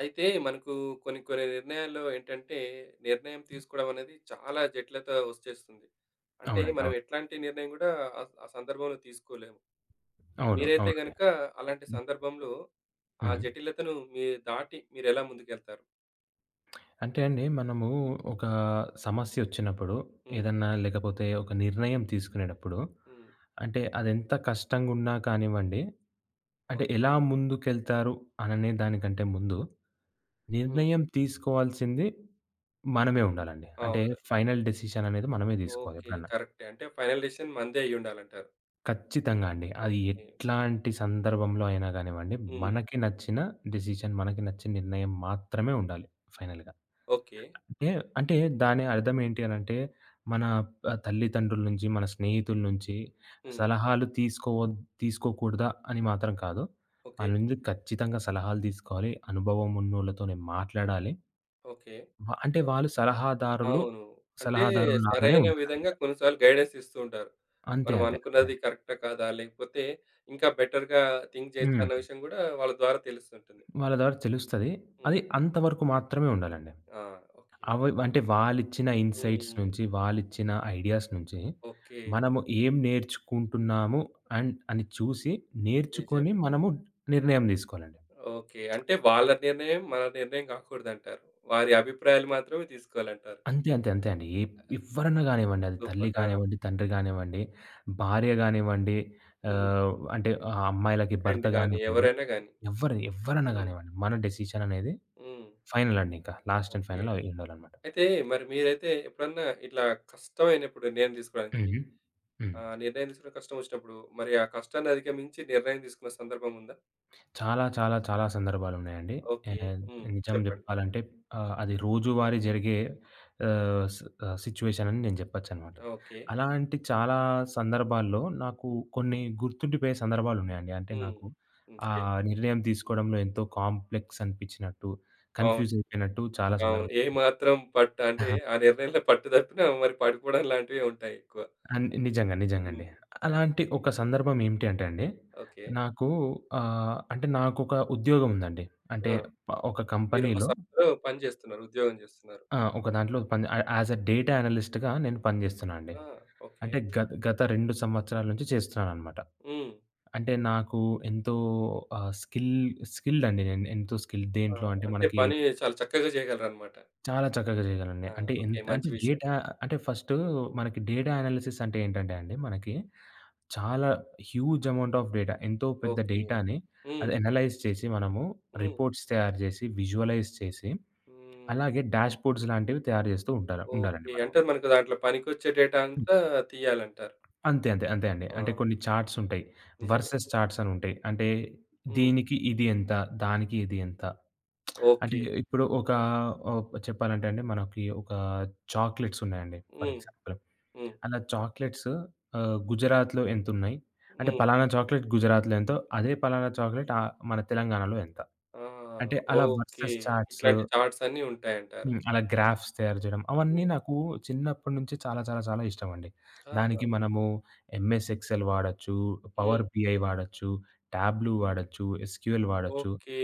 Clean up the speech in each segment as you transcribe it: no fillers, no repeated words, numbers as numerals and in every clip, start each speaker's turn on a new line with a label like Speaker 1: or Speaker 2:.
Speaker 1: అయితే మనకు కొన్ని కొన్ని నిర్ణయాల్లో ఏంటంటే, నిర్ణయం తీసుకోవడం అనేది చాలా జటిలత వచ్చేస్తుంది. అంటే
Speaker 2: అవునండి.
Speaker 1: మనం
Speaker 2: అవును.
Speaker 1: ఎట్లాంటి నిర్ణయం గూడా ఆ సందర్భంలో తీసుకోలేము.
Speaker 2: అవును.
Speaker 1: మీరైతే
Speaker 2: అవునండి.
Speaker 1: గనక అలాంటి
Speaker 2: హ్మ్.
Speaker 1: సందర్భంలో ఆ
Speaker 2: హ్మ్.
Speaker 1: జటిలతను మీరు దాటి మీరెలా ముందుకెళ్తారు?
Speaker 2: అంటే అండి మనము ఒక సమస్యొచ్చినప్పుడు,
Speaker 1: హ్మ్.
Speaker 2: ఏదన్నా లేకపోతే ఒక నిర్ణయం తీసుకునేటప్పుడు,
Speaker 1: హ్మ్.
Speaker 2: అంటే అదెంత కష్టంగున్నా కానివ్వండి, అంటే
Speaker 1: ఓకే.
Speaker 2: ఎలా ముందుకెళ్తారు అననే దానికంటే ముందు,
Speaker 1: హ్మ్.
Speaker 2: నిర్ణయం తీసుకోవాల్సింది మనమే ఉండాలండి. అంటే
Speaker 1: అవును.
Speaker 2: ఫైనల్ డెసిషన్ అనేది మనమే తీసుకోవాలి
Speaker 1: ఓకే.
Speaker 2: ఎప్పుడన్నా.
Speaker 1: కరెక్టే. అంటే ఫైనల్ డెసిషన్ మనదే అయ్యుండాలంటారు.
Speaker 2: ఖచ్చితంగా అండి. అది
Speaker 1: ఓకే.
Speaker 2: ఎట్లాంటి సందర్భంలో అయినా గానివ్వండి,
Speaker 1: హ్మ్.
Speaker 2: మనకి నచ్చిన డెసిషన్, మనకి నచ్చిన నిర్ణయం మాత్రమే ఉండాలి ఫైనల్‌గా.
Speaker 1: ఓకే.
Speaker 2: అంటే, అంటే దాని అర్థం ఏంటి అనంటే, మన తల్లిదండ్రుల నుంచి, మన స్నేహితుల నుంచి
Speaker 1: హ్మ్.
Speaker 2: సలహాలు తీసుకోకూడదా అని మాత్రం కాదు.
Speaker 1: ఓకే.
Speaker 2: వాళ్ళ నుండి ఖచ్చితంగా సలహాలు తీసుకోవాలి. అనుభవం ఉన్నోళ్ళతోనే మాట్లాడాలి.
Speaker 1: ఓకే.
Speaker 2: అంటే వాళ్ళు సలహాదారులు,
Speaker 1: అవును. అంటే
Speaker 2: సలహాదారుల్లాగానే
Speaker 1: సరైన విధంగా
Speaker 2: ఉంటారనమాట.
Speaker 1: కొన్నిసార్లు గైడెన్స్ ఇస్తూ ఉంటారు.
Speaker 2: అంతే,
Speaker 1: మనం
Speaker 2: అంతే, అంతే
Speaker 1: అనుకున్నది
Speaker 2: అండి.
Speaker 1: కరెక్టా? కాదా? లేకపోతే ఇంకా బెటర్‌గా థింక్ చేయొచ్చా?
Speaker 2: హ్మ్.
Speaker 1: అన్న విషయం గూడా వాళ్ళ ద్వారా తెలుస్తుంటుంది.
Speaker 2: వాళ్ళ ద్వారా తెలుస్తది.
Speaker 1: హ్మ్.
Speaker 2: అది అంతవరకు మాత్రమే ఉండాలండి.
Speaker 1: ఆ! ఓకే.
Speaker 2: అవి అంటే వాళ్ళిచ్చిన ఇన్‌సైట్స్
Speaker 1: హ్మ్.
Speaker 2: నుంచి, వాళ్ళిచ్చిన ఐడియాస్ నుంచి
Speaker 1: ఓకే.
Speaker 2: మనము ఏం నేర్చుకుంటున్నాము అండ్ అని చూసి, నేర్చుకొని
Speaker 1: నిజమే.
Speaker 2: మనము నిర్ణయం తీసుకోవాలండి.
Speaker 1: ఓకే. అంటే వాళ్ళ నిర్ణయం మన నిర్ణయం కాకూడదంటారు. వారి అభిప్రాయాలు మాత్రమే తీసుకోవాలంటారు.
Speaker 2: అంతే, అంతే, అంతే అండి. ఎవ్వరన్నా గానివ్వండి. అది తల్లి
Speaker 1: సూపర్. ఆ!
Speaker 2: కానివ్వండి, తండ్రి కానివ్వండి, భార్య గానివ్వండి,
Speaker 1: హ్మ్.
Speaker 2: అంటే ఆ అమ్మాయిలకి భర్త
Speaker 1: ఫ్రెండ్ గాని,
Speaker 2: గానివ్వండి,
Speaker 1: ఎవరైనా గాని.
Speaker 2: ఎవ్వరన్నా
Speaker 1: హ్మ్.
Speaker 2: గానివ్వండి, మన డెసిషన్ అనేది
Speaker 1: హ్మ్.
Speaker 2: ఫైనల్ అండి ఇంకా. Last and
Speaker 1: okay.
Speaker 2: ఫైనల్ అయి ఉండాలనమాట.
Speaker 1: అయితే మరి మీరైతే ఎప్పుడన్నా ఇట్లా కష్టమైనప్పుడు నిర్ణయం తీసుకోవడానికి
Speaker 2: హుహు. హ్మ్.
Speaker 1: ఆ! నిర్ణయం తీసుకోవడం కష్టం వచ్చినప్పుడు, మరి ఆ కష్టాన్ని అధిగమించి నిర్ణయం తీసుకున్న సందర్భం ఉందా?
Speaker 2: చాలా, చాలా, చాలా సందర్భాలున్నాయండి.
Speaker 1: ఓకే.
Speaker 2: ఆహ్,
Speaker 1: హ్మ్.
Speaker 2: నిజం
Speaker 1: చెప్పండి.
Speaker 2: జెప్పాలంటే అది రోజువారీ జరిగే ఆహ్, స్ సిట్యుయేషన్ అని నేను జెప్పొచ్చనమాట.
Speaker 1: ఓకే.
Speaker 2: అలాంటి చాలా సందర్భాల్లో నాకు కొన్ని గుర్తుండిపోయే సందర్భాలున్నాయండి. అంటే
Speaker 1: హ్మ్.
Speaker 2: నాకు ఆ
Speaker 1: ఓకే.
Speaker 2: నిర్ణయం తీసుకోవడంలో ఎంతో కాంప్లెక్స్ అనిపిచ్చినట్టు,
Speaker 1: అవును.
Speaker 2: కన్‌ఫ్యూజ్ అయిపోయినట్టు చాలా
Speaker 1: అవును.
Speaker 2: సందర్భాలు
Speaker 1: ఏ మాత్రం పట్టు అంటే ఆ నిర్ణయంలో పట్టు తప్పినా మరి పడిపోవడం లాంటివే ఉంటాయి ఎక్కువ.
Speaker 2: నిజంగా. నిజంగండి.
Speaker 1: హ్మ్.
Speaker 2: అలాంటి ఒక సందర్భం ఏమిటి అంటే అండి,
Speaker 1: ఓకే.
Speaker 2: నాకు అంటే నాకొక ఉద్యోగం ఉందండి. అంటే
Speaker 1: ఆ!
Speaker 2: ఒక
Speaker 1: మీరొక
Speaker 2: కంపెనీలో
Speaker 1: సంస్థలో పని చేస్తున్నారు. ఉద్యోగం చేస్తున్నారు.
Speaker 2: ఆ! ఒక దాంట్లో పని యాస్ ఎ డేటా అనలిస్ట్‌గా నేను పనిజేస్తున్నా అండి.
Speaker 1: ఆ! ఓకే.
Speaker 2: అంటే గత గత 2 సంవత్సరాల నుంచి చేస్తున్నాననమాట.
Speaker 1: హ్మ్.
Speaker 2: అంటే నాకు ఎంతో ఆహ్, స్కిల్ స్కిల్డ్ అండి నేను. ఎంతో స్కిల్డ్
Speaker 1: ఆ!
Speaker 2: దేంట్లో అంటే
Speaker 1: అంటే
Speaker 2: మనకి
Speaker 1: పని చాలా చక్కగా చేయగలరన్నమాట.
Speaker 2: చాలా చక్కగా చేయగలండి.
Speaker 1: ఆ!
Speaker 2: అంటే
Speaker 1: ఓకే.
Speaker 2: ఎంత అంటే
Speaker 1: మంచి విషయం.
Speaker 2: డేటా అంటే ఫస్టు మనకి డేటా అనాలిసిస్ అంటే ఏంటంటే అండి మనకి చాలా హ్యూజ్ అమౌంట్ ఆఫ్ డేటా ఎంతో పెద్ద
Speaker 1: ఓకే.
Speaker 2: డేటాని
Speaker 1: హ్మ్.
Speaker 2: అది అనలైజ్ చేసి మనము
Speaker 1: హ్మ్.
Speaker 2: రిపోర్ట్స్ తయారు జేసి, విజువలైజ్ చేసి
Speaker 1: హ్మ్.
Speaker 2: అలాగే డాష్‌బోర్డ్స్ లాంటివి తయారు జేస్తూ ఉంటారు ఉండాలండి
Speaker 1: ఓకే.
Speaker 2: మనము.
Speaker 1: అంటే మనకు దాంట్లో పనికొచ్చే డేటా అంతా తీయాలంటారు.
Speaker 2: అంతే. అంతే. అంతే అండి.
Speaker 1: ఆ!
Speaker 2: అంటే కొన్ని చార్ట్స్ ఉంటాయి.
Speaker 1: నిజమే.
Speaker 2: వర్సెస్ చార్ట్స్ అని ఉంటాయి. అంటే
Speaker 1: హ్మ్.
Speaker 2: దీనికి ఇది ఎంత? దానికి ఇది ఎంత? అంటే
Speaker 1: ఓకే.
Speaker 2: ఇప్పుడు ఒక చెప్పాలంటే అండి మనకి ఒక చాక్లెట్స్ ఉన్నాయండి ఫర్
Speaker 1: హ్మ్.
Speaker 2: ఎగ్జాంపుల్.
Speaker 1: హ్మ్.
Speaker 2: అలా చాక్లెట్స్ గుజరాత్‌లో ఎంతున్నయి? అంటే
Speaker 1: హ్మ్.
Speaker 2: పలానా చాక్లెట్ గుజరాత్‌లో ఎంతో, అదే పలానా చాక్లెట్ మన తెలంగాణలో ఎంత?
Speaker 1: ఆ!
Speaker 2: అంటే అలా
Speaker 1: ఓకే.
Speaker 2: Versus charts.
Speaker 1: ఇట్లాంటి చార్ట్స్ అన్నీ ఉంటాయంటారు.
Speaker 2: హ్మ్. అలా గ్రాఫ్స్ తయారు జేయడం. అవన్నీ
Speaker 1: హ్మ్.
Speaker 2: నాకు చిన్నప్పటి నుంచి చాలా చాలా చాలా ఇష్టమండి.
Speaker 1: ఆహా!
Speaker 2: దానికి మనము ఎంఎస్ ఎక్సెల్ వాడొచ్చు, పవర్
Speaker 1: హ్మ్.
Speaker 2: బిఐ వాడొచ్చు, టాబ్లూ వాడొచ్చు, ఎస్‌క్యూఎల్ వాడొచ్చు.
Speaker 1: ఓకే.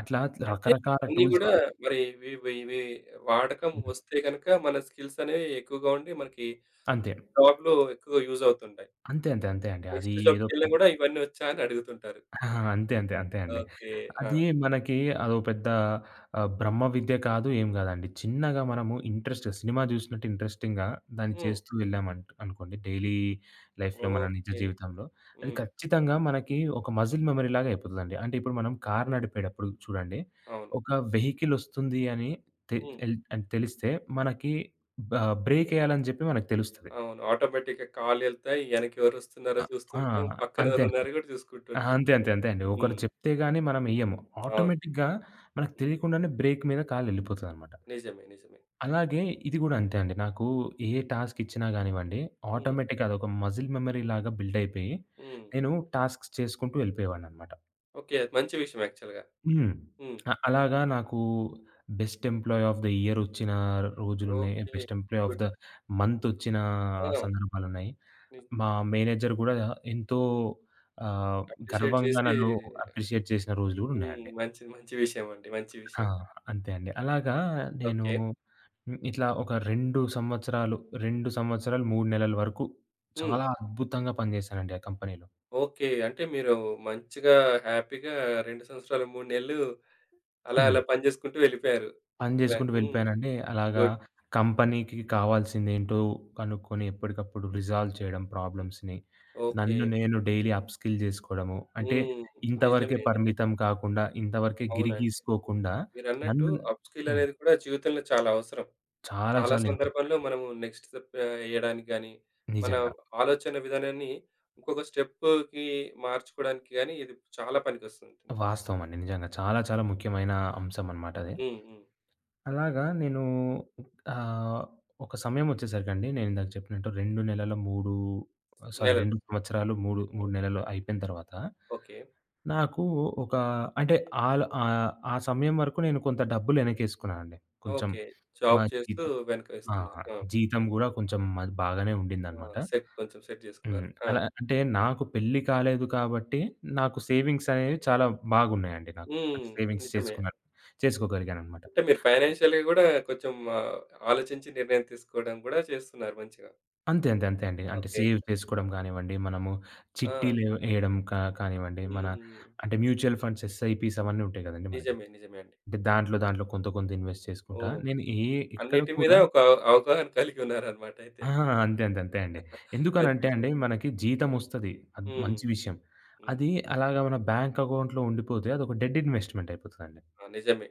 Speaker 2: అట్లా
Speaker 1: అంటే
Speaker 2: రకరకాల
Speaker 1: ఇవన్నీ
Speaker 2: టూల్స్
Speaker 1: గూడా
Speaker 2: వాడొచ్చు.
Speaker 1: మరి ఇవి ఇవి ఇవి వాడకం
Speaker 2: హ్మ్.
Speaker 1: వస్తే గనక మన స్కిల్స్ అనేవి ఎక్కువగా ఉండి మనకి
Speaker 2: అంతే.
Speaker 1: జాబ్‌లో ఎక్కువ యూజ్ అవుతుంటాయి.
Speaker 2: అంతే. అంతే. అంతే అండి. అది
Speaker 1: నెక్స్ట్
Speaker 2: ఏదో
Speaker 1: జాబ్‌కెళ్ళినా
Speaker 2: పెద్ద
Speaker 1: గూడా ఇవన్నీ వచ్చా అని అడుగుతుంటారు.
Speaker 2: ఆహా! అంతే. అంతే. అంతే అండి.
Speaker 1: ఓకే. ఆ!
Speaker 2: అది మనకి అదో పెద్ద బ్రహ్మ విద్య కాదు, ఏం కాదండి. చిన్నగా మనము ఇంట్రెస్ట్ సినిమా చూసినట్టు ఇంట్రెస్టింగ్‌గా దాన్ని
Speaker 1: హ్మ్.
Speaker 2: చేస్తూ వెళ్ళామంట్ అనుకోండి డైలీ లైఫ్‌లో మన నిజ
Speaker 1: ఓకే.
Speaker 2: జీవితంలో, అది
Speaker 1: హ్మ్.
Speaker 2: ఖచ్చితంగా మనకి ఒక మజిల్ మెమరీ లాగా అయిపోతదండి. అంటే ఇప్పుడు మనం కారు
Speaker 1: హ్మ్.
Speaker 2: నడిపేటప్పుడు చూడండి,
Speaker 1: అవును.
Speaker 2: ఒక వెహికల్ ఒస్తుంది అని తె
Speaker 1: హ్మ్.
Speaker 2: ఎల్ అని తెలిస్తే మనకి బ బ్రేక్ ఎయాలని చెప్పి మనకు తెలుస్తది.
Speaker 1: అవును. ఆటోమేటిక్‌గా కాళ్ళెళ్తాయి. ఎనకెవరొస్తున్నారో
Speaker 2: అ!
Speaker 1: చూస్తూ
Speaker 2: ఆ!
Speaker 1: ఉంటాం. పక్కన
Speaker 2: అంతే.
Speaker 1: ఎవరున్నారో గూడా చూసుకుంటూ
Speaker 2: అహా!
Speaker 1: ఉంటాం.
Speaker 2: అంతే. అంతే. అంతే అండి. ఒకరు
Speaker 1: హ్మ్.
Speaker 2: చెప్తే గాని మనమెయ్యము.
Speaker 1: అవును.
Speaker 2: ఆటోమేటిక్‌గా మనకు
Speaker 1: హ్మ్.
Speaker 2: తెలియకుండానే బ్రేక్ మీద కాలెళ్ళిపోతదనమాట.
Speaker 1: నిజమే. నిజమే.
Speaker 2: అలాగే ఇది గూడా అంతే అండి. నాకు ఏ టాస్క్ ఇచ్చినా గానివ్వండి,
Speaker 1: హ్మ్.
Speaker 2: ఆటోమేటిక్‌గా అదొక మజిల్ మెమరీ లాగా బిల్డయిపోయి,
Speaker 1: హ్మ్.
Speaker 2: నేను టాస్క్స్ చేసుకుంటూ వెళ్ళిపోయేవాడిననమాట.
Speaker 1: ఓకే. అది మంచి విషయం యాక్చువల్‌గా.
Speaker 2: హ్మ్.
Speaker 1: హ్మ్.
Speaker 2: అలాగా నాకు best employee of the year వచ్చిన రోజులున్నాయి.
Speaker 1: Okay.
Speaker 2: Best employee of
Speaker 1: good.
Speaker 2: The month వచ్చిన
Speaker 1: ఆ!
Speaker 2: సందర్భాలున్నాయి.
Speaker 1: ని
Speaker 2: మా మేనేజర్ గూడా ఎంతో ఆహ్,
Speaker 1: అప్రిషియేట్
Speaker 2: గర్వంగా
Speaker 1: చేసి
Speaker 2: నన్ను అప్రిషియేట్ చేసిన రోజులు గూడా
Speaker 1: హ్మ్.
Speaker 2: ఉన్నాయండి.
Speaker 1: మంచిది. మంచి విషయం అండి. మంచి
Speaker 2: ఆ!
Speaker 1: విషయం.
Speaker 2: అంతే అండి. అలాగా నేను
Speaker 1: ఓకే.
Speaker 2: హ్మ్. ఇట్లా ఒక 2 సంవత్సరాలు, 3 నెలల వరకు
Speaker 1: హ్మ్.
Speaker 2: చాలా అద్భుతంగా పనిజేశానండి ఆ కంపెనీలో.
Speaker 1: ఓకే. అంటే మీరు మంచిగా హ్యాపీగా 2 సంవత్సరాలు, 3 నెలలు అలా
Speaker 2: హ్మ్.
Speaker 1: అలా పని జేసుకుంటూ వెళ్ళిపోయారు.
Speaker 2: పని
Speaker 1: ఇలా
Speaker 2: జేసుకుంటూ
Speaker 1: హ్మ్.
Speaker 2: వెళ్ళిపోయానండి. అలాగా
Speaker 1: గుడ్.
Speaker 2: కంపెనీకి కావాల్సిందేంటో కనుక్కొని ఎప్పటికప్పుడు రిజాల్వ్ చేయడం ప్రాబ్లమ్స్‌ని.
Speaker 1: ఓకే.
Speaker 2: నన్ను నేను డైలీ అప్‌స్కిల్ జేసుకోవడము. అంటే
Speaker 1: హ్మ్.
Speaker 2: ఇంతవరకే
Speaker 1: నిజమే. నిజమే.
Speaker 2: పరిమితం కాకుండా, ఇంతవరకే గిరి
Speaker 1: అవునండి.
Speaker 2: గీసుకోకుండా
Speaker 1: మీరన్నట్టు
Speaker 2: నన్ను.
Speaker 1: అప్‌స్కిల్
Speaker 2: హ్మ్.
Speaker 1: అనేది కూడా జీవితంలో చాలా అవసరం.
Speaker 2: చాలా
Speaker 1: చాలా
Speaker 2: చాలా ఇంపార్టెంట్
Speaker 1: సందర్భాల్లో
Speaker 2: అండి.
Speaker 1: మనము నెక్స్ట్ స్టెప్ ఎయడానికి గాని, మన
Speaker 2: నిజంగా.
Speaker 1: ఆలోచన విధానాన్ని ఇంకొక స్టెప్‌కి మార్చుకోవడానికి గాని ఇది చాలా పనికొస్తుంటుంది.
Speaker 2: వాస్తవం అండి. నిజంగా. చాలా చాలా ముఖ్యమైన అంశం అనమాట అది.
Speaker 1: హ్మ్. హ్మ్.
Speaker 2: అలాగా నేను ఆహ్, ఒక సమయమొచ్చేసరికండి నేనిందాక చెప్పినట్టు 2 నెలల 3 సారీ
Speaker 1: నెలలు.
Speaker 2: 2 సంవత్సరాలు 3
Speaker 1: హ్మ్.
Speaker 2: నెలలు అయిపోయిన తర్వాత
Speaker 1: ఓకే.
Speaker 2: నాకు ఒక అంటే ఆ సమయం వరకు నేను కొంత డబ్బులు ఎనకేసుకున్నానండి. కొంచెం
Speaker 1: ఓకే.
Speaker 2: మా
Speaker 1: జాబ్ చేస్తూ
Speaker 2: జీతం.
Speaker 1: వెనక
Speaker 2: ఆ!
Speaker 1: వేసుకున్నారు. ఆ!
Speaker 2: జీతం గూడా కొంచెం మాది బాగానే
Speaker 1: ఆ!
Speaker 2: ఉండిందనమాట.
Speaker 1: సెట్
Speaker 2: హ్మ్.
Speaker 1: చేసుకున్నారు. ఆ!
Speaker 2: అలా అంటే నాకు పెళ్లి కాలేదు కాబట్టి నాకు సేవింగ్స్ అనేవి చాలా బాగున్నాయండి నాకు. అంటే
Speaker 1: హ్మ్.
Speaker 2: సేవింగ్స్
Speaker 1: నిజమే.
Speaker 2: చేసుకున్నాను. చేసుకోగలిగాననమాట.
Speaker 1: అంటే మీరు ఫైనాన్షియల్‌గా కూడా కొంచెం ఆలోచించి నిర్ణయం తీసుకోవడం కూడా చేస్తున్నారు మంచిగా.
Speaker 2: అంతే. అంతే. అంతే అండి. అంటే
Speaker 1: ఓకే.
Speaker 2: సేవ్ చేసుకోవడం కానివ్వండి, మనము
Speaker 1: ఆ!
Speaker 2: చిట్టీలు ఎయడం కానివ్వండి, మన
Speaker 1: హ్మ్.
Speaker 2: అంటే మ్యూచువల్ ఫండ్స్, ఎస్ఐపీస్ అవన్నీ ఉంటాయి కదండీ మనకి.
Speaker 1: నిజమే. నిజమే అండి.
Speaker 2: అంటే దాంట్లో కొంత ఇన్వెస్ట్ చేసుకుంటా.
Speaker 1: ఓహ్!
Speaker 2: నేను ఎక్కడ
Speaker 1: అన్నిటి మీద
Speaker 2: కూడా.
Speaker 1: ఒక అవగాహన కలిగి ఉన్నారన్నమాట అయితే.
Speaker 2: ఆ! అంతే. అంతే. అంతే అండి.
Speaker 1: మంచి
Speaker 2: ఎందుకనంటే అండి,
Speaker 1: విషయం.
Speaker 2: మనకి జీతమొస్తది. అది
Speaker 1: హ్మ్.
Speaker 2: మంచి విషయం.
Speaker 1: హ్మ్.
Speaker 2: అది అలాగా మన బ్యాంక్ అకౌంట్‌లో ఉండిపోతే అదొక డెడ్ ఇన్వెస్ట్‌మెంట్ అయిపోతదండి.
Speaker 1: ఆ! నిజమే.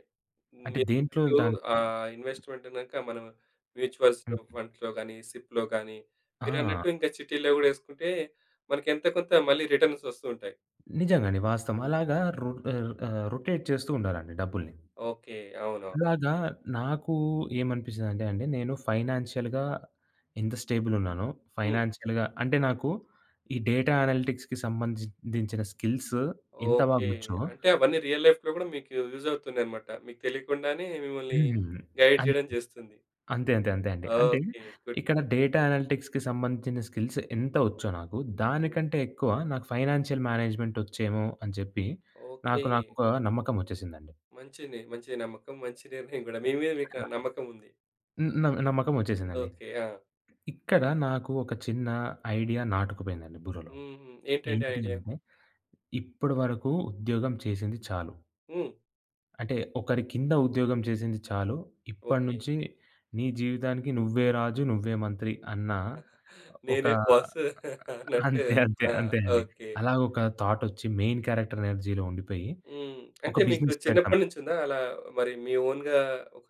Speaker 2: అంటే దేంట్లో
Speaker 1: మీరన్నట్టు
Speaker 2: దానికి.
Speaker 1: ఇన్వెస్ట్‌మెంట్ అన్నాక మనం మ్యూచువల్స్‌లో,
Speaker 2: హ్మ్.
Speaker 1: ఫండ్స్‌లో గాని, సిప్‌లో గాని
Speaker 2: ఆ!
Speaker 1: మీరన్నట్టు ఇంకా చిట్టీల్లో గూడా యేసుకుంటే మనకెంతో కొంత మళ్ళీ రిటర్న్స్ వస్తూ ఉంటాయి.
Speaker 2: నిజంగా అండి. వాస్తవం.
Speaker 1: హ్మ్.
Speaker 2: అలాగా రొటేట్ చేస్తూ ఉండాలండి డబ్బుల్ని.
Speaker 1: ఓకే. అవునవును.
Speaker 2: అలాగా నాకు ఏమనిపిస్తదంటే అండి, నేను ఫైనాన్షియల్‌గా ఎంత స్టేబుల్ ఉన్నానో,
Speaker 1: హ్మ్.
Speaker 2: ఫైనాన్షియల్‌గా అంటే నాకు ఈ డేటా అనలిటిక్స్‌కి సంబంధించిన స్కిల్స్ ఎంత
Speaker 1: ఓకే.
Speaker 2: బాగొచ్చో.
Speaker 1: అంటే అవన్నీ రియల్ లైఫ్‌లో గూడా మీకు యూజ్ అవుతున్నాయన్నమాట. మీకు తెలియకుండానే మిమ్మల్ని
Speaker 2: హ్మ్.
Speaker 1: గైడ్ చేయడం
Speaker 2: అంతే.
Speaker 1: జేస్తుంది.
Speaker 2: అంతే. అంతే. అంతే అండి. అంటే
Speaker 1: ఓకే. గుడ్.
Speaker 2: ఇక్కడ డేటా అనలిటిక్స్‌కి సంబంధించిన స్కిల్స్ ఎంత వచ్చో నాకు,
Speaker 1: హ్మ్.
Speaker 2: దానికంటే ఎక్కువ నాకు ఫైనాన్షియల్ మేనేజ్‌మెంట్ వచ్చేమో అని చెప్పి నాకు
Speaker 1: ఓకే.
Speaker 2: నాకొక నమ్మకం వచ్చేసిందండి.
Speaker 1: మంచిది. మంచి నమ్మకం. మంచి నిర్ణయం గూడా. మీ మీద మీకు నమ్మకం ఉంది.
Speaker 2: నమ్మకం వచ్చేసిందండి.
Speaker 1: ఓకే. ఆ!
Speaker 2: ఇక్కడ నాకు ఒక చిన్న ఐడియా నాటుకుపోయిందండి బుర్రలో.
Speaker 1: హుహు. ఏంటండి
Speaker 2: ఏంటి
Speaker 1: ఐడియా?
Speaker 2: అంటే, ఇప్పటి వరకు ఉద్యోగం చేసింది చాలు.
Speaker 1: హ్మ్.
Speaker 2: అంటే ఒకరి కింద ఉద్యోగం చేసింది చాలు. ఇప్పటి
Speaker 1: ఓకే.
Speaker 2: నుంచి నీ జీవితానికి నువ్వే రాజు, నువ్వే మంత్రి అన్న ఒక.
Speaker 1: నేనే బాసు అన్నట్టు.
Speaker 2: అంతే. అంతే.
Speaker 1: ఆ!
Speaker 2: అంతే అండి.
Speaker 1: ఓకే.
Speaker 2: అలాగ ఒక థాట్ ఒచ్చి మెయిన్ క్యారెక్టర్ ఎనర్జీలో ఉండిపోయి,
Speaker 1: హ్మ్.
Speaker 2: ఒక
Speaker 1: అంటే మీకు
Speaker 2: బిజినెస్ పెడతాం.
Speaker 1: చిన్నప్పటి నుంచుందా అలా మరి మీ ఓన్‌గా ఒక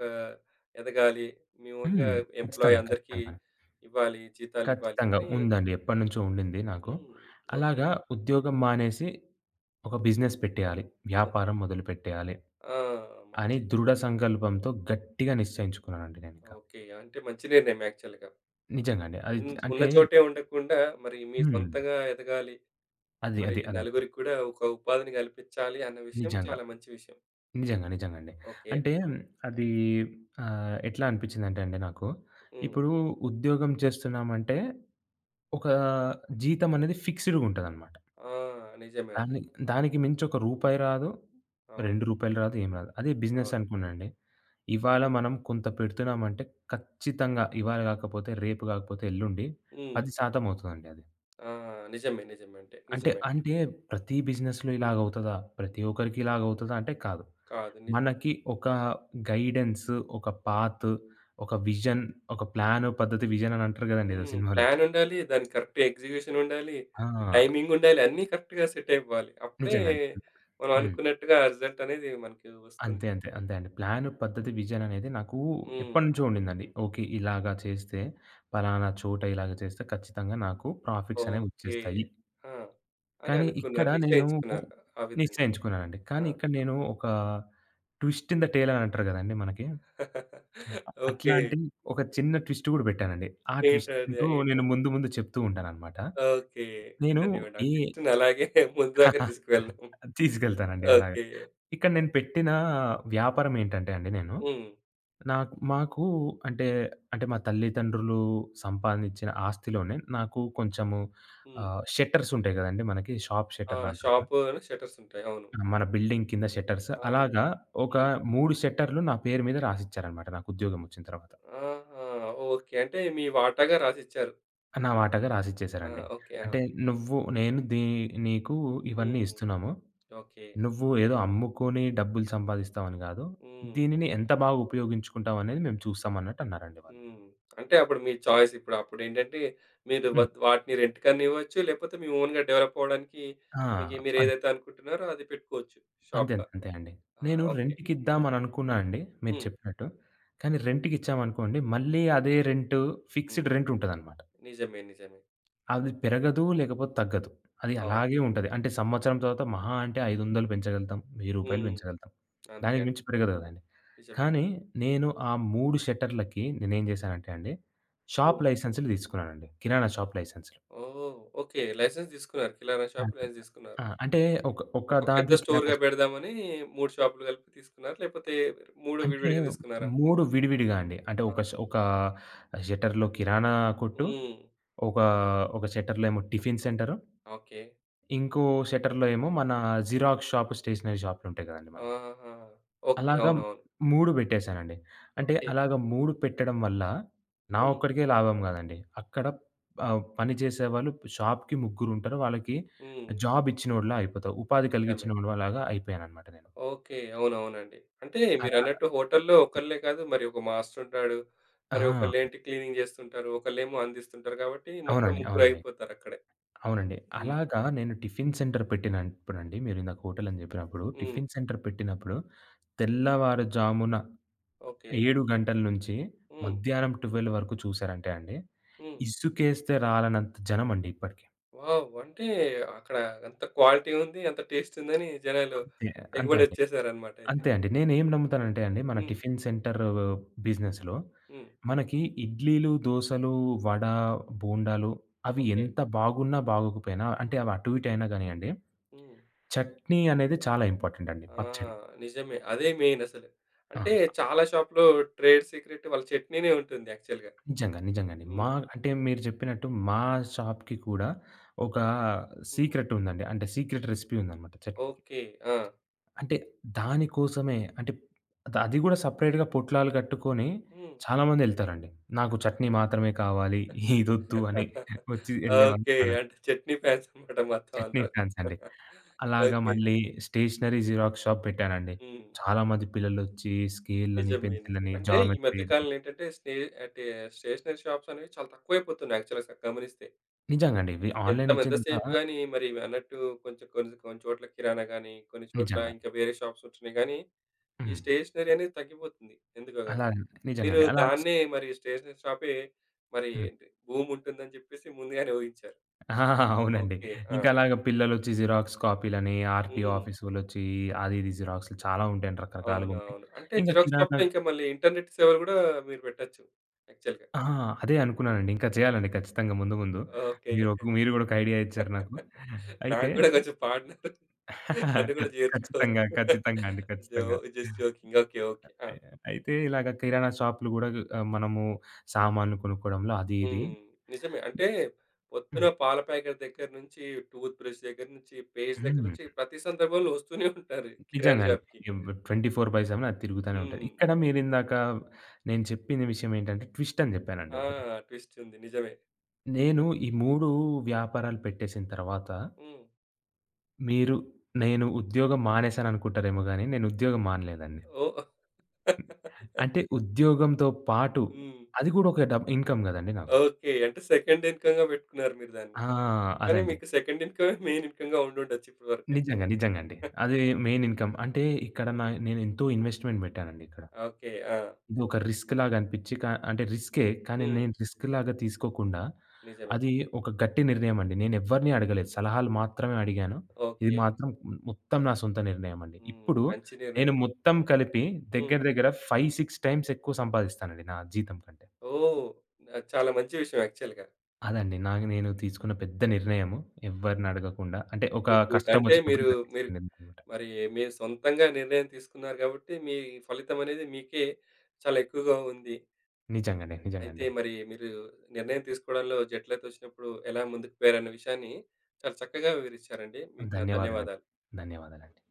Speaker 1: ఎదగాలి, మీ ఓన్‌గా
Speaker 2: హ్మ్.
Speaker 1: ఎంప్లాయీ
Speaker 2: ఖచ్చితంగా.
Speaker 1: అందరికీ
Speaker 2: ఖచ్చితంగా.
Speaker 1: ఇవ్వాలి, జీతాలివ్వాలి
Speaker 2: ఖచ్చితంగా.
Speaker 1: అని
Speaker 2: ఉందండి. ఎప్పటినుంచో ఉండింది నాకు.
Speaker 1: హ్మ్. ఓకే.
Speaker 2: అలాగా ఉద్యోగం మానేసి ఒక బిజినెస్ పెట్టేయాలి.
Speaker 1: ఓకే.
Speaker 2: వ్యాపారం మొదలుపెట్టేయాలి.
Speaker 1: ఆ!
Speaker 2: అని
Speaker 1: మంచి
Speaker 2: దృఢ సంకల్పంతో గట్టిగా నిశ్చయించుకున్నానండి నేనింక.
Speaker 1: ఓకే. అంటే మంచి నిర్ణయం యాక్చువల్‌గా.
Speaker 2: నిజంగండి. అది అంటే.
Speaker 1: ఉన్న చోటే ఉండకుండా మరి మీ
Speaker 2: హ్మ్.
Speaker 1: సొంతంగా ఎదగాలి.
Speaker 2: అది.
Speaker 1: మరి
Speaker 2: అది. అదండి.
Speaker 1: నలుగురికి కూడా ఒక ఉపాధిని కల్పించాలి అన్న విషయం
Speaker 2: నిజంగా.
Speaker 1: చాలా మంచి విషయం.
Speaker 2: నిజంగా. నిజంగండి.
Speaker 1: ఓకే.
Speaker 2: అంటే అది ఎట్లా అనిపిచ్చిందంటే అండి నాకు,
Speaker 1: హ్మ్.
Speaker 2: ఇప్పుడు ఉద్యోగం చేస్తున్నామంటే ఒక జీతం అనేది ఫిక్స్‌డ్‌గా ఉంటదనమాట.
Speaker 1: ఆ! నిజమే అండి.
Speaker 2: దాన్ని దానికి మించి ఒక రూపాయి రాదు, రూ.
Speaker 1: అవును.
Speaker 2: 2 రాదు, ఏం రాదు. అదే బిజినెస్
Speaker 1: అవును.
Speaker 2: అనుకోండండి. ఇవాళ మనం కొంత పెడుతున్నామంటే ఖచ్చితంగా ఇవాళ గాకపోతే, రేపు గాకపోతే, ఎల్లుండి
Speaker 1: హ్మ్.
Speaker 2: 10% అవుతదండి అది.
Speaker 1: ఆ! నిజమే. నిజమే అంటే.
Speaker 2: అంటే,
Speaker 1: నిజమే అండి.
Speaker 2: అంటే ప్రతి బిజినెస్‌లో ఇలాగవుతదా? ప్రతి ఒక్కరికి ఇలాగవుతదా అంటే కాదు.
Speaker 1: కాదు నిజమే.
Speaker 2: మనకి ఒక గైడెన్స్, ఒక పాత్, ఒక విజన్, ఒక ప్లాన్, పద్ధతి, విజన్ అని అంటారు గదండీ ఏదో
Speaker 1: హ్మ్.
Speaker 2: సినిమాలో.
Speaker 1: ప్లాన్ ఉండాలి. దానికి కరెక్ట్ ఎగ్జిక్యూషన్ ఉండాలి.
Speaker 2: ఆ!
Speaker 1: టైమింగ్ ఉండాలి. అన్నీ కరెక్ట్‌గా సెట్ అయిపోవాలి. అప్పుడే
Speaker 2: నిజంగానే.
Speaker 1: మనం
Speaker 2: హ్మ్.
Speaker 1: అనుకున్నట్టుగా రిజల్ట్ అనేది మనకి వస్తుంది.
Speaker 2: అంతే, అంతే, అంతే అండి. ప్లాన్, పద్ధతి, విజన్ అనేది నాకు
Speaker 1: హ్మ్.
Speaker 2: ఎప్పటినుంచో ఉండిందండి. ఓకే. ఇలాగా చేస్తే, పలానా చోట ఇలాగ చేస్తే ఖచ్చితంగా నాకు ప్రాఫిట్స్ అనేవి
Speaker 1: ఓకే.
Speaker 2: వచ్చేస్తాయి.
Speaker 1: ఆ! అని
Speaker 2: కానీ ఇక్కడ
Speaker 1: అనుకున్నారు.
Speaker 2: నేను
Speaker 1: నిశ్చయించుకున్నారు. ఆ విధంగా.
Speaker 2: నిశ్చయించుకున్నానండి. కానీ
Speaker 1: ఆ!
Speaker 2: ఇక్కడ నేను ఒక ట్విస్ట్ ఇన్ ద టేల్ అని అంటారు గదండీ మనకి.
Speaker 1: ఓకే.
Speaker 2: అట్లాంటి ఒక చిన్న ట్విస్ట్ గూడా పెట్టానండి. ఆ
Speaker 1: ఏంటది?
Speaker 2: ట్విస్ట్‌తో నేను
Speaker 1: ఏంటది?
Speaker 2: ముందు ముందు చెప్తూ ఉంటాననమాట.
Speaker 1: ఓకే.
Speaker 2: నేను
Speaker 1: ఉండనివ్వండి. ఆ
Speaker 2: ఏ
Speaker 1: టేస్ట్‌ని అలాగే ముందు దాకా తీసుకువెళ్దాం.
Speaker 2: తీసుకెళ్తానండి అలాగే.
Speaker 1: ఓకే.
Speaker 2: ఇక్కడ నేను పెట్టిన వ్యాపారం ఏంటంటే అండి నేను,
Speaker 1: హ్మ్.
Speaker 2: మాకు అంటే, అంటే మా తల్లిదండ్రులు సంపాదించిన ఆస్తిలోనే నాకు కొంచెము
Speaker 1: హ్మ్.
Speaker 2: షట్టర్స్ ఉంటాయి గదండీ మనకి షాప్
Speaker 1: ఆ!
Speaker 2: షట్టర్లు అంటారు కదా!
Speaker 1: షాపులోనే షట్టర్స్ ఉంటాయి. అవును.
Speaker 2: మన బిల్డింగ్ కింద షట్టర్స్. అలాగా
Speaker 1: అవునండి.
Speaker 2: ఒక
Speaker 1: హ్మ్.
Speaker 2: 3 షట్టర్‌లు నా పేరు మీద రాసిచ్చారనమాట నాకు ఉద్యోగం వచ్చిన తర్వాత.
Speaker 1: ఆహా! ఓకే. అంటే మీ వాటాగా రాసిచ్చారు.
Speaker 2: నా వాటాగా
Speaker 1: ఆ!
Speaker 2: రాసిచ్చేసారండి.
Speaker 1: ఓకే. ఆ!
Speaker 2: అంటే "నువ్వు నేను దీ నీకు ఇవన్నీ
Speaker 1: హ్మ్.
Speaker 2: ఇస్తున్నాము.
Speaker 1: ఓకే.
Speaker 2: నువ్వు ఏదో అమ్ముకొని డబ్బులు సంపాదిస్తావని గాదు.
Speaker 1: హ్మ్.
Speaker 2: దీనిని ఎంత బాగా ఉపయోగించుకుంటావు అనేది మేము చూస్తాం" అన్నట్టు అన్నారండి వాళ్ళు.
Speaker 1: హ్మ్. అంటే అప్పుడు మీ చాయిస్ ఇప్పుడు. అప్పుడేంటంటే మీరు
Speaker 2: హ్మ్.
Speaker 1: వాటిని రెంట్‌కన్నా ఇవ్వచ్చు. లేకపోతే మీ ఓన్‌గా డెవలప్ అవ్వడానికి
Speaker 2: ఆ!
Speaker 1: మీకు
Speaker 2: అం
Speaker 1: మీరేదైతే అనుకుంటున్నారో అది పెట్టుకోవచ్చు
Speaker 2: అంతే
Speaker 1: షాప్‌గా.
Speaker 2: అంతే అండి.
Speaker 1: ఆ!
Speaker 2: నేను
Speaker 1: ఓకే.
Speaker 2: రెంట్‌కిద్దామననుకున్నా అండి మీరు
Speaker 1: హ్మ్.
Speaker 2: చెప్పినట్టు. కానీ రెంట్‌కిచ్చామనుకోండి మళ్ళీ అదే రెంటు ఫిక్స్‌డ్
Speaker 1: హ్మ్.
Speaker 2: రెంటుంటదనమాట.
Speaker 1: నిజమే. నిజమే.
Speaker 2: అది పెరగదు, లేకపోతే తగ్గదు. అది
Speaker 1: అవును.
Speaker 2: అలాగే ఉంటది. అంటే సంవత్సరం తర్వాత మహా అంటే 500 పెంచగలుగుతాం. రూ. 1000
Speaker 1: హ్మ్.
Speaker 2: పెంచగలుగుతాం.
Speaker 1: అంతే
Speaker 2: దానికి
Speaker 1: అండి.
Speaker 2: మించి పెరగదు కదండీ.
Speaker 1: నిజమే.
Speaker 2: కానీ నేను ఆ 3 షట్టర్‌లకి నేనేం చేశానంటే అండి, షాప్
Speaker 1: హ్మ్.
Speaker 2: లైసెన్స్‌లు తీసుకున్నానండి. కిరాణా షాప్ లైసెన్స్‌లు.
Speaker 1: ఓహ్! ఓకే. లైసెన్స్ తీసుకున్నారు. కిరాణా షాప్
Speaker 2: అది.
Speaker 1: లైసెన్స్ తీసుకున్నారు.
Speaker 2: ఆ! అంటే ఒక ఒక
Speaker 1: ఒక పెద్ద
Speaker 2: దాంట్లో కిరాణా
Speaker 1: స్టోర్‌గా
Speaker 2: షా
Speaker 1: పెడదామని 3 షాపులు కలిపి తీసుకున్నారా? లేకపోతే 3
Speaker 2: అంటే
Speaker 1: విడివిడిగా తీసుకున్నారా?
Speaker 2: 3 విడివిడిగా అండి. అంటే
Speaker 1: ఆహా!
Speaker 2: ఒక షట్టర్‌లో కిరాణా కొట్టు,
Speaker 1: హ్మ్.
Speaker 2: ఒక ఒక షట్టర్‌లో ఏమో టిఫిన్ సెంటరు,
Speaker 1: ఓకే.
Speaker 2: ఇంకో షట్టర్‌లో ఏమో మన జిరాక్స్ షాప్, స్టేషనరీ షాపులుంటాయి కదండీ మనకి.
Speaker 1: ఆహాహా! ఓకే.
Speaker 2: అలాగా
Speaker 1: అవునవును.
Speaker 2: 3 పెట్టేసానండి. అంటే
Speaker 1: ఓకే.
Speaker 2: అలాగ 3 పెట్టడం వల్ల నా
Speaker 1: హ్మ్.
Speaker 2: ఒక్కడికే లాభం గాదండి. అక్కడ పని చేసేవాళ్ళు షాప్‌కి ముగ్గురుంటారు. వాళ్ళకి
Speaker 1: హ్మ్.
Speaker 2: జాబ్ ఇచ్చినోడిలా అయిపోతా. ఉపాధి
Speaker 1: నిజమే.
Speaker 2: కలిగించినోడిలాగా అయిపోయాననమాట నేను.
Speaker 1: ఓకే. అవునవునండి. అంటే మీరన్నట్టు
Speaker 2: అలా
Speaker 1: హోటల్‌లో ఒకళ్ళే కాదు మరి ఒక మాస్టర్ ఉంటాడు. మరి
Speaker 2: ఆ!
Speaker 1: ఒకళ్ళేంటి క్లీనింగ్ జేస్తుంటారు. ఒకళ్ళేమో అందిస్తుంటారు కాబట్టి మొత్తం
Speaker 2: అవునండి. అవునండి.
Speaker 1: ముగ్గురైపోతారక్కడే.
Speaker 2: అవునండి.
Speaker 1: హ్మ్.
Speaker 2: అలాగా నేను టిఫిన్ సెంటర్ పెట్టినప్పుడండి, మీరిందాక హోటల్ అని జెప్పినప్పుడు
Speaker 1: హ్మ్.
Speaker 2: టిఫిన్ సెంటర్ పెట్టినప్పుడు తెల్లవారుజామున
Speaker 1: ఓకే.
Speaker 2: 7 గంటల నుంచి
Speaker 1: హ్మ్.
Speaker 2: మధ్యాహ్నం 12 వరకు చూసారంటే అండి,
Speaker 1: హ్మ్.
Speaker 2: ఇసుకేస్తే రాలనంత జనమండి ఇప్పటికి.
Speaker 1: వావ్! అంటే అక్కడ అంత క్వాలిటీ ఉంది. అంత టేస్ట్ ఉందని జనాలు
Speaker 2: అంతే. అంతే అండి.
Speaker 1: ఎగబడొచ్చేసారన్నమాట అయితే.
Speaker 2: అంతే అండి. నేనేం నమ్ముతానంటే అండి, మన
Speaker 1: హ్మ్.
Speaker 2: టిఫిన్ సెంటర్ బిజినెస్‌లో
Speaker 1: హ్మ్.
Speaker 2: మనకి ఇడ్లీలు, దోసలు, వడ, బోండాలు అవి
Speaker 1: ఓకే.
Speaker 2: ఎంత బాగున్నా, బాగోకపోయినా అంటే అవి
Speaker 1: హ్మ్.
Speaker 2: అటు ఇటు అయినా గానియండి,
Speaker 1: హ్మ్.
Speaker 2: చట్నీ అనేది చాలా ఇంపార్టెంట్ అండి.
Speaker 1: ఆ!
Speaker 2: పచ్చడి.
Speaker 1: నిజమే. అదే మెయిన్ అసలు.
Speaker 2: ఆ!
Speaker 1: అంటే చాలా షాప్‌లో ట్రేడ్ సీక్రెట్ వాళ్ళ చట్నీనే ఉంటుంది యాక్చువల్‌గా.
Speaker 2: నిజంగా. నిజంగండి.
Speaker 1: హ్మ్.
Speaker 2: అంటే మీరు చెప్పినట్టు మా షాప్‌కి కూడా ఒక
Speaker 1: హ్మ్.
Speaker 2: సీక్రెట్ ఉందండి. అంటే సీక్రెట్ రెసిపీ ఉందనమాట చట్నీకి.
Speaker 1: ఓకే. ఆ!
Speaker 2: అంటే దానికోసమే అంటే అది గూడా సెపరేట్‌గా పొట్లాలు కట్టుకొని
Speaker 1: హ్మ్.
Speaker 2: చాలామందెళ్తారండి. నాకు చట్నీ మాత్రమే కావాలి. ఇదొద్దు అని వచ్చి
Speaker 1: ఓకే.
Speaker 2: ఎళ్ళేవాళ్ళున్నారండి.
Speaker 1: అంటే చట్నీ ఫ్యాన్స్ అన్నమాట మొత్తం
Speaker 2: చట్నీ
Speaker 1: అందరూ.
Speaker 2: ఫ్యాన్స్ అండి. అలాగా
Speaker 1: ఓకే.
Speaker 2: మళ్ళీ స్టేషనరీ జిరాక్స్ షాప్ పెట్టానండి.
Speaker 1: హ్మ్.
Speaker 2: చాలామంది పిల్లలొచ్చి స్కేల్‌లని,
Speaker 1: నిజమే. నిజమే.
Speaker 2: పెన్సిల్‌లని,
Speaker 1: అంటే ఈ మధ్య
Speaker 2: జామెట్రీలని.
Speaker 1: కాలంలో ఏంటంటే అంటే స్టేషనరీ షాప్స్ అనేవి చాలా తక్కువైపోతున్నాయి యాక్చువల్‌గా గమనిస్తే.
Speaker 2: నిజంగండి. ఇవి
Speaker 1: ఎంత
Speaker 2: ఆన్‌లైన్ వచ్చిన
Speaker 1: ఎంతసేపు
Speaker 2: తర్వాత
Speaker 1: గాని మరి అన్నట్టు కొంచెం కొన్ని కొన్ని చోట్ల కిరాణా గాని, కొన్ని చోట్ల
Speaker 2: నిజంగా.
Speaker 1: ఇంకా వేరే షాప్స్ ఉంటున్నాయి గానీ, ఈ
Speaker 2: హ్మ్.
Speaker 1: స్టేషనరీ అనేది తగ్గిపోతుంది ఎందుకో
Speaker 2: అలా
Speaker 1: గాని. మీరు
Speaker 2: నిజంగండి. అలాగా
Speaker 1: దాన్నే మరి స్టేషనరీ షాపే మరి
Speaker 2: హ్మ్.
Speaker 1: ఏంటి భూమి ఉంటుందని చెప్పేసి ముందుగానే ఊహించారు.
Speaker 2: ఆ! అవునండి.
Speaker 1: ఓకే. ఆ!
Speaker 2: ఇంకా అలాగ పిల్లలొచ్చి జిరాక్స్ కాపీలని, ఆర్‌టిఓ
Speaker 1: హ్మ్.
Speaker 2: ఆఫీస్ వోళ్ళొచ్చి అది ఇది జిరాక్స్‌లు చాలా ఉంటాయండి.
Speaker 1: అవును.
Speaker 2: రకరకాలుగుంటాయి.
Speaker 1: అవును. అంటే
Speaker 2: ఇంక
Speaker 1: జిరాక్స్
Speaker 2: కిరాణా.
Speaker 1: షాప్‌లో ఇంకా మళ్ళీ ఇంటర్నెట్ సేవలు గూడా మీరు పెట్టొచ్చు యాక్చువల్‌గా.
Speaker 2: ఆ! అదే అనుకున్నానండి. ఇంకా చేయాలండి ఖచ్చితంగా ముందు ముందు.
Speaker 1: ఓకే.
Speaker 2: మీరు గూడా ఒక ఐడియా ఇచ్చారు నాకు. అయితే
Speaker 1: నాకు గూడా కొంచెం పార్ట్నర్ నన్ను గూడా
Speaker 2: ఖచ్చితంగా.
Speaker 1: చేర్చుకోవచ్చు.
Speaker 2: ఖచ్చితంగా అండి.
Speaker 1: జో
Speaker 2: ఖచ్చితంగా.
Speaker 1: Just joking. ఓకే. ఓకే. ఆ!
Speaker 2: అయి అయితే ఇలాగ కిరాణా షాపులు గూడా మనము సామాన్లు కొనుక్కోవడంలో అది ఇది.
Speaker 1: హ్మ్. నిజమే. అంటే పొద్దున పాల ప్యాకెట్ దగ్గర నుంచి, టూత్ బ్రష్ దగ్గర నుంచి, పేస్ట్ దగ్గర
Speaker 2: హ్మ్.
Speaker 1: నుంచి ప్రతి సందర్భంలో వస్తూనే ఉంటారు కిరాణా
Speaker 2: నిజంగా అండి.
Speaker 1: షాప్‌కి.
Speaker 2: ఎవ్ 24/7 అది తిరుగుతానే ఉంటది.
Speaker 1: హ్మ్.
Speaker 2: ఇక్కడ మీరిందాక నేను చెప్పిన విషయం ఏంటంటే ట్విస్ట్ అని చెప్పానండి
Speaker 1: ఆ!
Speaker 2: ఒకటి.
Speaker 1: ట్విస్ట్ ఉంది. నిజమే.
Speaker 2: నేను
Speaker 1: చెప్పండి.
Speaker 2: ఈ 3 వ్యాపారాలు పెట్టేసిన తర్వాత
Speaker 1: హ్మ్.
Speaker 2: మీరు నేను ఉద్యోగం మానేశాననుకుంటారేమో గానీ నేను ఉద్యోగం మానలేదండి.
Speaker 1: ఓహ్! హ్మ్.
Speaker 2: అంటే ఉద్యోగంతో పాటు అది కూడా ఒక ఇన్‌కమ్ గదండీ నాకు.
Speaker 1: ఓకే. అంటే సెకండ్ ఇన్‌కమ్‌గా పెట్టుకున్నారు మీరు దాన్ని.
Speaker 2: ఆ!
Speaker 1: కానీ
Speaker 2: అదండి.
Speaker 1: మీకు సెకండ్ ఇన్‌కమే మెయిన్ ఇన్‌కమ్‌గా ఉండుండొచ్చు ఇప్పటి వరకైతే.
Speaker 2: నిజంగా. నిజంగా అండి. అది మెయిన్ ఇన్‌కమ్. అంటే ఇక్కడ
Speaker 1: హ్మ్.
Speaker 2: నేనెంతో ఇన్వెస్ట్‌మెంట్ పెట్టానండి ఇక్కడ.
Speaker 1: ఓకే. ఆ!
Speaker 2: ఇది ఒక రిస్క్ లాగా అనిపించి అంటే రిస్కే. కానీ
Speaker 1: హ్మ్.
Speaker 2: నేను రిస్క్ లాగా తీసుకోకుండా,
Speaker 1: నిజమే.
Speaker 2: అది ఒక గట్టి నిర్ణయం అండి. నేను ఎవ్వరిని అడగలేదు. సలహాలు మాత్రమే అడిగాను. ఇది
Speaker 1: ఓకే.
Speaker 2: మాత్రం మొత్తం నా సొంత నిర్ణయం అండి.
Speaker 1: హ్మ్.
Speaker 2: ఇప్పుడు
Speaker 1: మంచి
Speaker 2: నేను
Speaker 1: నిర్ణయమే.
Speaker 2: మొత్తం కలిపి
Speaker 1: హ్మ్.
Speaker 2: దగ్గర దగ్గర 5, 6 టైమ్స్ ఎక్కువ సంపాదిస్తానండి నా జీతం కంటే.
Speaker 1: ఓహ్! ఆహ్, చాలా మంచి విషయం యాక్చువల్‌గా.
Speaker 2: అదండి నేను తీసుకున్న పెద్ద నిర్ణయము. ఎవ్వరిని అడగకుండా అంటే ఒక
Speaker 1: గుడ్. గుడ్.
Speaker 2: కష్టం
Speaker 1: అంటే
Speaker 2: వచ్చినప్పుడు
Speaker 1: మీరు మీరు
Speaker 2: నిజంగండి.
Speaker 1: మరి మీరు సొంతంగా నిర్ణయం తీసుకున్నారు కాబట్టి మీ ఫలితం అనేది మీకే చాలా ఎక్కువగా ఉంది. అయితే
Speaker 2: నిజంగండి.
Speaker 1: మరి మీరు నిర్ణయం తీసుకోవడంలో జటిలత వచ్చినప్పుడు ఎలా ముందుకు పోయారన్న విషయాన్ని చాలా చక్కగా వివరించారండి. మీకు నా
Speaker 2: ధన్యవాదాలండి.
Speaker 1: ధన్యవాదాలు.
Speaker 2: ధన్యవాదాలండి.